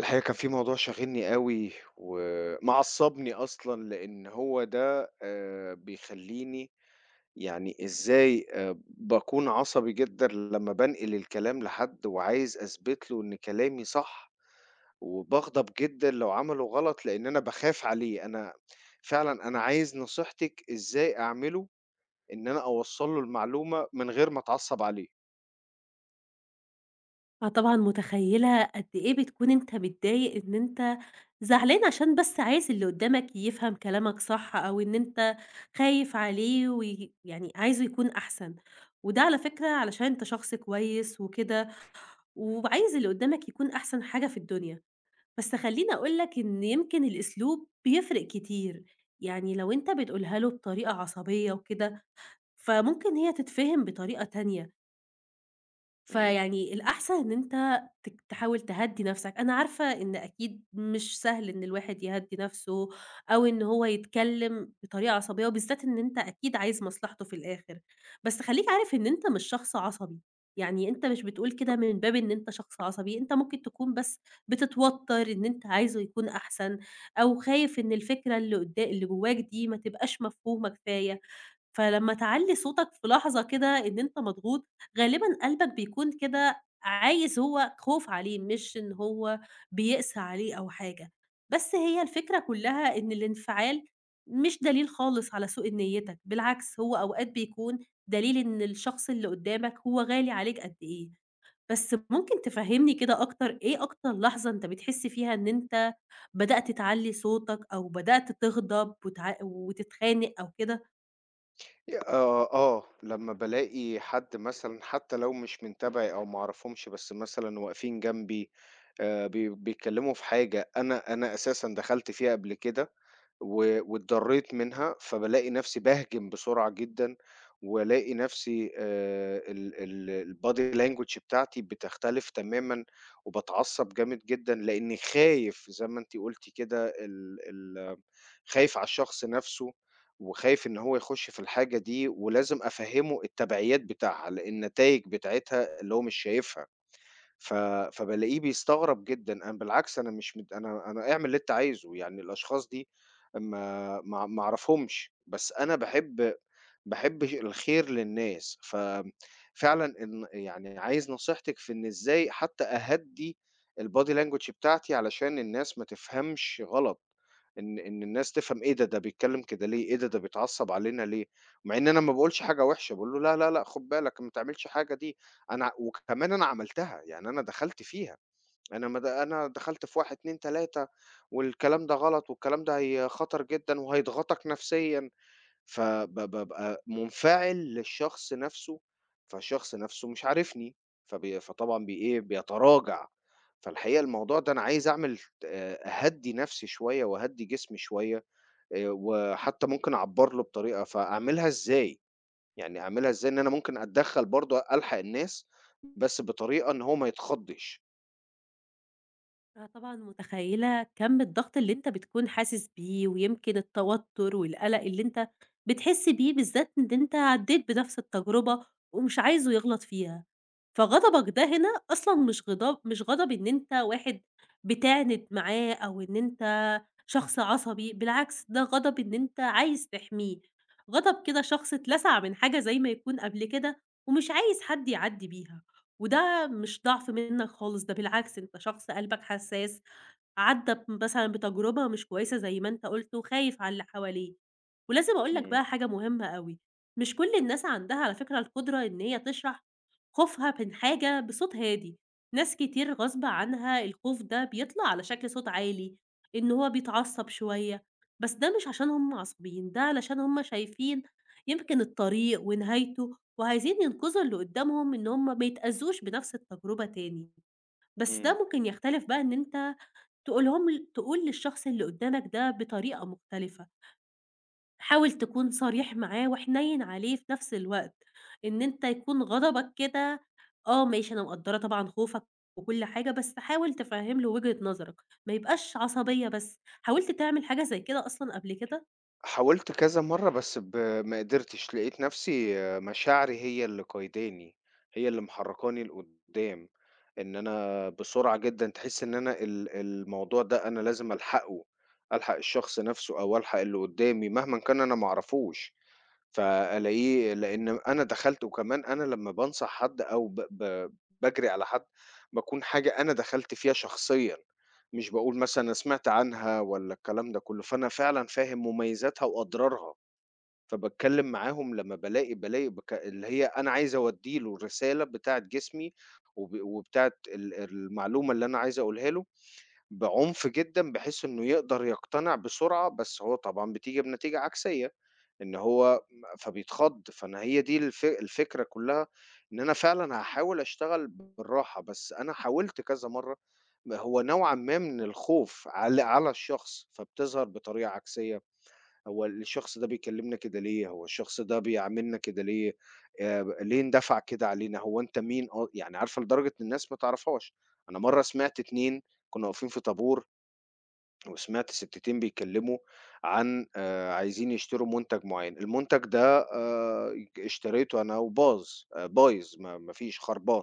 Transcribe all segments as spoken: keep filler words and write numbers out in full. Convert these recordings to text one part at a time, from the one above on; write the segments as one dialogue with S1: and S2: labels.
S1: الحقيقة كان في موضوع شاغلني أوي، ومعصّبني أصلًا لإن هو ده آآ بيخلّيني يعني إزاي آآ باكون عصبي جدًا لمّا بانقل الكلام لحد وعايز أثبت له إن كلامي صح، وباغضب جدًا لو عمله غلط لإن أنا باخاف عليه، أنا فعلًا أنا عايز نصيحتِك إزاي أعمله إن أنا أوصّل له المعلومة من غير ما أتعصّب عليه.
S2: فطبعًا متخيّلة قد إيه بتكون أنت متضايق، إن أنت زعلان عشان بس عايز اللي قدّامك يفهم كلامك صح، أو إن أنت خايف عليه وي يعني عايزه يكون أحسن، وده على فكرة علشان أنت شخص كويس وكده، وعايز اللي قدّامك يكون أحسن حاجة في الدنيا. بس خلّيني أقول لك إن يمكن الأسلوب بيفرق كتير، يعني لو أنت بتقولها له بطريقة عصبية وكده، فممكن هي تتفهم بطريقة تانية.
S1: إمم.
S2: فيعني الأحسن إن أنت تك تحاول تهدّي نَفْسك، أنا عارفة إن أكيد مش سهل إن الواحد يهدّي نَفْسه، أو إن هو يتكلّم بطريقة عصبية، وبالذات إن أنت أكيد عايز مصلحته في الآخر. بس خلّيك عارف إن أنت مش شخص عصبي، يعني أنت مش بتقول كده من باب إن أنت شخص عصبي، أنت ممكن تكون بس بتتوتّر إن أنت عايزه يكون أحسن، أو خايف إن الفكرة اللي قدا اللي جواك دي ما تبقاش مفهومة كفاية. فلمّا تعلّي صوتك في لحظة كده إن أنت مضغوط، غالبًا قلبك بيكون كده عايز، هو خوف عليه، مش إن هو بيقسى عليه أو حاجة. بس هي الفكرة كلّها إن الانفعال مش دليل خالص على سوء نيتك، بالعكس هو أوقات بيكون دليل إن الشخص اللي قدّامك هو غالي عليك قد إيه. بس ممكن تفهّمني كده أكتر، إيه أكتر لحظة أنت بتحس فيها إن أنت بدأت تعلّي صوتك، أو بدأت تغضب وتع وتتخانق أو كده؟
S1: ي آه، آه، لمّا بالاقي حد مثلًا حتى لو مش من تبعي أو ما أعرفهمش، بس مثلًا واقفين جنبي آآ، بي بيتكلموا في حاجة أنا أنا أساسًا دخلت فيها قبل كده و واتضريت منها، فبالاقي نفسي باهجم بسرعة جدًا، والاقي نفسي آآ ال ال الbody language بتاعتي بتختلف تمامًا، وباتعصب جامد جدًا، لإني خايف زي ما أنتِ قُلتِ كده ال ال خايف على الشخص نفسه، وخايف إن هو يخش في الحاجة دي، ولازم أفهّمه التبعيات بتاعها، لأن النتايج بتاعتها اللي هو مش شايفها. ف فبالاقيه بيستغرب جدًا، أنا بالعكس أنا مش مت أنا أنا اعمل اللي أنت عايزه، يعني الأشخاص دي ما ما ما أعرفهمش، بس أنا باحب باحب ش الخير للناس، ففعلًا إن يعني عايز نصيحتِك في إن إزاي حتى أهدّي الbody language بتاعتي علشان الناس ما تفهمش غلط، إن إن الناس تفهم إيه ده، ده بيتكلم كده ليه، إيه ده، ده بيتعصب علينا ليه، مع إن أنا ما باقولش حاجة وحشة، باقول له لا، لا، لأ، خد بالك ما تعملش حاجة دي. أنا وكمان أنا عملتها، يعني أنا دخلت فيها، أنا ما د أنا دخلت في واحد، اتنين، تلاتة والكلام ده غلط والكلام ده هي خطر جدًا وهيضغطك نفسيًا، فب بابقى منفعل للشخص نفسه، فالشخص نفسه مش عارفني، فبي فطبعًا بي إيه، بيتراجع. فالحقيقة الموضوع ده أنا عايز أعمل آآ أهدّي نفسي شوية وأهدّي جسمي شوية، آآ وحتى ممكن أعبّر له بطريقة، فأعملها إزاي؟ يعني هاعملها إزاي إن أنا ممكن أتدخّل برضه ألحق الناس، بس بطريقة إن هو ما يتخضّش.
S2: آه طبعًا متخيّلة كَم الضغط اللي أنت بتكون حاسس بيه، ويمكن التوتر والقلق اللي أنت بتحس بيه، بالذات إن أنت عدّيت بنفْس التجربة ومش عايزه يغلط فيها. فغضبك ده هنا أصلًا مش غضب، مش غضب إن أنت واحد بتعند معاه أو إن أنت شخص عصبي، بالعكس ده غضب إن أنت عايز تحميه، غضب كده شخص اتلسع من حاجة زي ما يكون قبل كده، ومش عايز حد يعدّي بيها، وده ده مش ضعف منّك خالص، ده بالعكس أنت شخص قلبك حساس، عدّى ب مثلًا بتجربة مش كويسة زي ما أنت قُلت، وخايف على اللي حواليه. ولازم أقول لك
S1: إمم،
S2: بقى حاجة مهمة أوي، مش كل الناس عندها على فكرة القدرة إن هي تشرح خوفها من حاجة بصوت هادي، ناس كتير غصب عنها الخوف ده بيطلع على شكل صوت عالي، إن هو بيتعصب شوية، بس ده مش عشان هم عصبيين، ده علشان هم شايفين يمكن الطريق ونهايته، وعايزين ينقذوا اللي قدّامهم إن هم ما يتأذوش بنفْس التجربة تاني. بس
S1: إمم.
S2: ده ممكن يختلف بقى، إن أنت تقولهم ل تقول للشخص اللي قدّامك ده بطريقة مختلفة، حاول تكون صريح معاه وحنيّن عليه في نفْس الوقت، إن أنت يكون غضبك كده آه ماشي، أنا مقدّرة طبعًا خوفك وكل حاجة، بس حاول تفهّم له وجهة نظرك، ما يبقاش عصبية بس. حاولت تعمل حاجة زي كده أصلًا قبل كده؟
S1: حاولت كذا مرّة بس ب ما قدرتش، لقيت نفسي آه، مشاعري هي اللي قايداني، هي اللي محرّكاني لقدّام، إن أنا بسرعة جدًا تحس إن أنا ال الموضوع ده أنا لازم ألحقه، ألحق الشخص نفسه أو ألحق اللي قدّامي مهمًا كان أنا ما أعرفوش. فألاقيه لإن أنا دخلت وكمان أنا لمّا بانصح حد أو ب ب باجري على حد، باكون حاجة أنا دخلت فيها شخصيًا، مش باقول مثلًا أنا سمعت عنها والّا الكلام ده كلّه، فأنا فعلًا فاهم مميزاتها وأضرارها، فباتكلّم معاهم لمّا بالاقي بالاقي بك اللي هي أنا عايز أودّي له الرسالة بتاعة جسمي وب وبتاعة ال المعلومة اللي أنا عايز أقولها له بعنف جدًا بحيث إنه يقدر يقتنع بسرعة، بس هو طبعًا بتيجي بنتيجة عكسية، إن هو م فبيتخض، فأنا هي دي الف الفكرة كلّها، إن أنا فعلًا هاحاول أشتغل بالراحة، بس أنا حاولت كذا مرّة، م هو نوعًا ما من الخوف عل على الشخص، فبتظهر بطريقة عكسية، هو الشخص ده بيكلمنا كده ليه، هو الشخص ده بيعاملنا كده ليه، آآ ب ليه اندفع كده علينا، هو أنت مين أ يعني عارفة لدرجة إن الناس ما تعرفهاش، أنا مرّة سمعت اتنين كنا واقفين في طابور وسمعت ستّتين بيتكلّموا عن آآ عايزين يشتروا مُنتَج معيّن، المُنتَج ده آآ اشتريته أنا وباظ، آآ بايظ ما ما فيش خربان،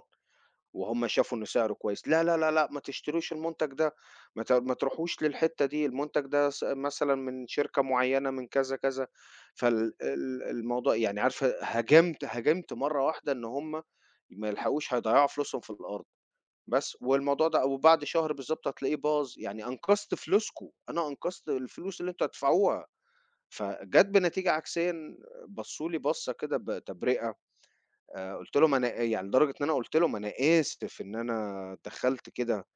S1: وهُم شافوا إن سعره كويس، "لا، لا، لا، لأ ما تشتروش المُنتَج ده، ما ت ما تروحوش للحتّة دي، المُنتَج ده س مثلًا من شركة معيّنة من كذا، كذا." فال ال الموضوع يعني عارفة هاجمت هاجمت مرّة واحدة إن هُم ما يلحقوش هيضيّعوا فلوسهم في الأرض. بس، والموضوع ده وبعد شهر بالضبط هتلاقيه باظ، يعني أنقذت فلوسكم، أنا أنقذت الفلوس اللي أنتم هتدفعوها، فجات بنتيجة عكسيًا بصّوا لي بصّة كده بتبرقة، آآ، قُلت لهم أنا إيه؟ يعني لدرجة إن أنا قُلت لهم: "أنا آسف إن أنا دخّلت كده."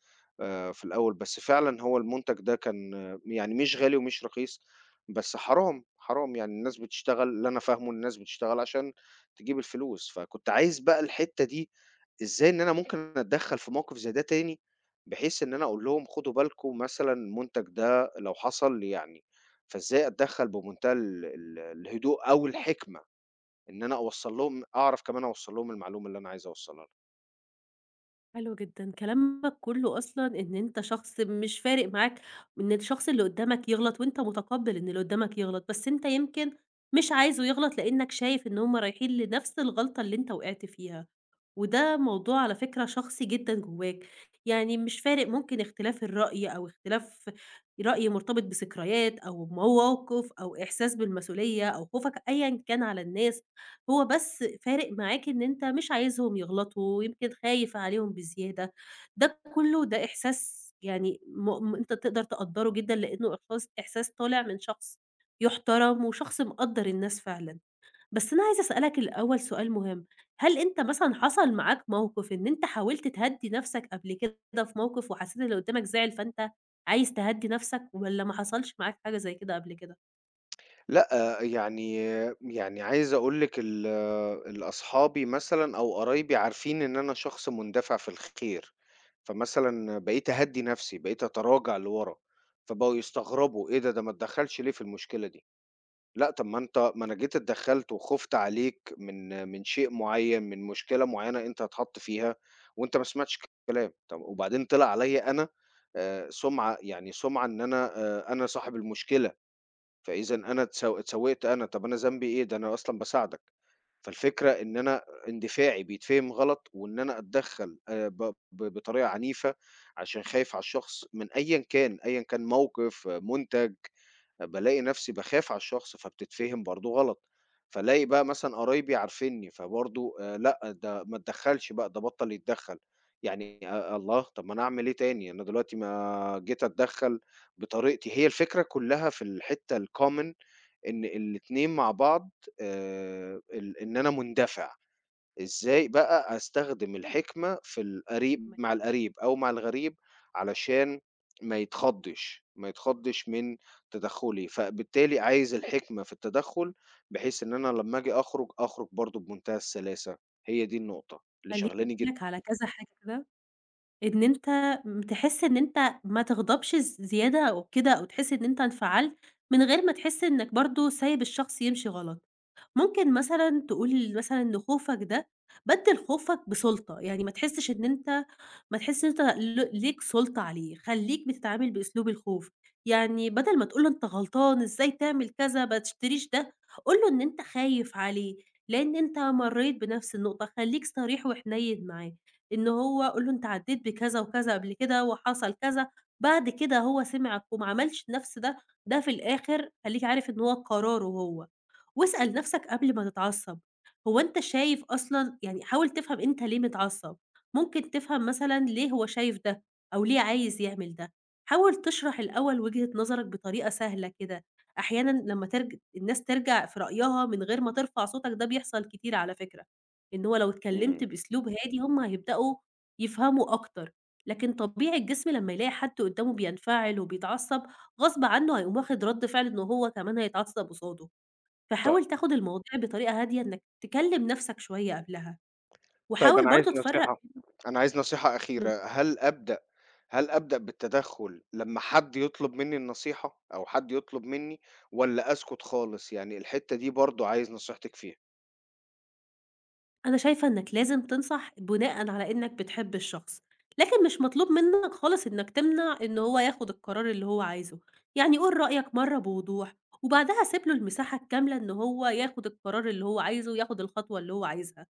S1: آآ في الأول، بس فعلًا هو المنتج ده كان آه، يعني مش غالي ومش رخيص، بس حرام، حرام يعني الناس بتشتغل اللي أنا فاهمه إن الناس بتشتغل عشان تجيب الفلوس، فكنت عايز بقى الحتّة دي إزاي إن أنا ممكن أتدخّل في موقف زي ده تاني، بحيث إن أنا أقول لهم خدوا بالكم مثلًا المنتج ده لو حصل لي يعني فإزاي أتدخّل بمنتهى ال ال الهدوء أو الحكمة، إن أنا أوصّل لهم أعرف كمان أوصّل لهم المعلومة اللي أنا عايز أوصّلها لهم.
S2: حلو جدًا، كلامك كله أصلًا إن أنت شخص مش فارق معاك إن الشخص اللي قدّامك يغلط، وأنت متقبّل إن اللي قدّامك يغلط، بس أنت يمكن مش عايزه يغلط لإنّك شايف إن هُم رايحين لنفس الغلطة اللي أنت وقعت فيها. وده موضوع على فكرة شخصي جدًا جواك، يعني مش فارق ممكن اختلاف الرأي، أو اختلاف رأي مرتبط بذكريات أو مواقف أو إحساس بالمسؤولية أو خوفك أيًا كان على الناس، هو بس فارق معاك إن أنت مش عايزهم يغلطوا، يمكن خايف عليهم بزيادة. ده كله ده إحساس، يعني م م- أنت تقدر تقدّره جدًا لإنه إحساس، إحساس طالع من شخص يُحترم وشخص مقدّر الناس فعلًا. بس أنا عايزة أسألك الأول سؤال مهم، هل أنت مثلًا حصل معاك موقف إن أنت حاولت تهدّي نَفْسك قبل كده في موقف، وحسيت اللي قدّامك زعل فأنت عايز تهدّي نَفْسك، والّا ما حصلش معاك حاجة زي كده قبل كده؟
S1: لأ، يعني يعني عايز أقول لِك ال ال أصحابي مثلًا أو قرايبي عارفين إن أنا شخص مندفع في الخير، فمثلًا بقيت أهدّي نفسي، بقيت أتراجع لورا، فبقوا يستغربوا إيه ده، ده ما اتدخّلش ليه في المشكلة دي؟ لأ، طب ما أنت ما أنا جيت اتدخّلت وخُفت عليك من من شيء معيّن، من مشكلة معيّنة أنت هتحط فيها وأنت ما سمعتش الكلام، طب وبعدين طلع عليَّ أنا آآ، سُمعة يعني سُمعة إن أنا آآ، أنا صاحب المشكلة. فإذًا أنا اتسو اتسوّقت أنا، طَب أنا ذنبي إيه؟ ده أنا أصلًا باساعدك. فالفكرة إن أنا اندفاعي بيتفهم غلط وإن أنا أتدخّل آآ ب ب بطريقة عنيفة عشان خايف على الشخص من أيًا كان، أيًا كان موقف، آه، مُنتَج، بالاقي نَفْسي باخاف على الشخص فبتتفهم برضه غلط. فالاقي بقى مثلًا قرايبي عارفينّي، فبرضه آآ لأ، ده ما اتدخّلش بقى، ده بطّل يتدخّل. يعني أ الله! طَب ما أنا أعمل إيه تاني؟ أنا دلوقتي ما جيت أتدخّل بطريقتي هي الفكرة كُلّها في الحتّة الcommon إن الاتنين مع بعض آآ ال إن أنا مندفع، إزاي بقى أستخدم الحكمة في القريب مع القريب أو مع الغريب علشان ما يتخضّش، ما يتخضّش من تدخُّلي، فبالتالي عايز الحكمة في التدخُّل بحيث إن أنا لمّا آجي أخرج، أخرج برضه بمنتهى السلاسة، هي دي النقطة اللي
S2: خلّيني
S1: شاغلاني
S2: أقول
S1: جدًا.
S2: لك على كذا حاجة كده، إن أنت م تحس إن أنت ما تغضبش ز زيادة أو كده، أو تحس إن أنت انفعلت من غير ما تحس إنّك برضه سايب الشخص يمشي غلط. ممكن مثلًا تقول مثلًا لخوفك ده، بَدِّل خوفك بسُلطة، يعني ما تحسّش إن أنت ما تحسّش إن أنت ل ليك سُلطة عليه، خلّيك بتتعامل بأسلوب الخوف، يعني بدل ما تقول له أنت غلطان إزاي تعمل كذا، ما تشتريش ده، قُل له إن أنت خايف عليه، لإن أنت مرّيت بنفس النقطة، خلّيك صريح وحنيّن معاه، إن هو قُل له أنت عدّيت بكذا وكذا قبل كده وحصل كذا، بعد كده هو سمعك وما عملش نفس ده، ده في الآخر خلّيك عارف إن هو قراره هو. واسأل نفسك قبل ما تتعصب، هو أنت شايف أصلًا، يعني حاول تفهم أنت ليه متعصب، ممكن تفهم مثلًا ليه هو شايف ده، أو ليه عايز يعمل ده، حاول تشرح الأول وجهة نظرك بطريقة سهلة كده. أحيانًا لمّا ترج الناس ترجع في رأيها من غير ما ترفع صوتك، ده بيحصل كتير على فكرة، إن هو لو اتكلمت
S1: إمم.
S2: بأسلوب هادي، هم هيبدأوا يفهموا أكتر، لكن طبيعي الجسم لمّا يلاقي حد قدامه بينفعل وبيتعصب غصب عنه هيقوم واخد رد فعل إن هو كمان هيتعصب قصاده.
S1: ط
S2: فحاول تاخد المواضيع بطريقة هادية، إنك تكلم نَفْسك شوية قبلها،
S1: طيب
S2: وحاول
S1: أنا عايز
S2: برضه تفرّق.
S1: نصيحة أنا عايز نصيحة
S2: إمم.
S1: أخيرة، هل أبدأ هل أبدأ بالتدخُّل لمّا حد يطلب منّي النصيحة أو حد يطلب منّي والّا أسكُت خالص؟ يعني الحتّة دي برضه عايز نصيحتِك فيها.
S2: أنا شايفة إنك لازم تنصح بناءً على إنك بتحب الشخص، لكن مش مطلوب منّك خالص إنك تمنع إن هو ياخد القرار اللي هو عايزه، يعني قُل رأيك مرّة بوضوح، وبعدها سيب له المساحة الكاملة إن هو ياخد القرار اللي هو عايزه وياخد الخطوة اللي هو عايزها،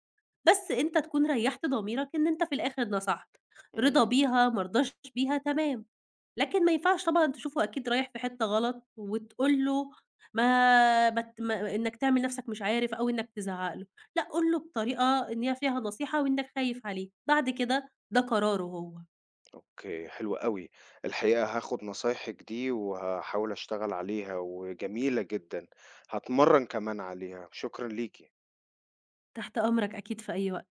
S2: بس أنت تكون ريّحت ضميرك إن أنت في الآخر نصحت، رضا
S1: إمم،
S2: بيها ما رضاش بيها تمام. لكن ما ينفعش طبعًا تشوفه أكيد رايح في حتّة غلط وتقول له، ما ما ت ما إنّك تعمل نَفْسك مش عارف، أو إنّك تزعّق له، لأ، قُل له بطريقة إن هي فيها نصيحة وإنّك خايف عليه، بعد كده ده قراره هو.
S1: أوكي، حلو أوي. الحقيقة هاخُد نصايحِك دي وهاحاول أشتغل عليها وجميلة جدًا، هاتمرّن كمان عليها، شكرًا ليكِ.
S2: تحت أمرك أكيد في أي وقت.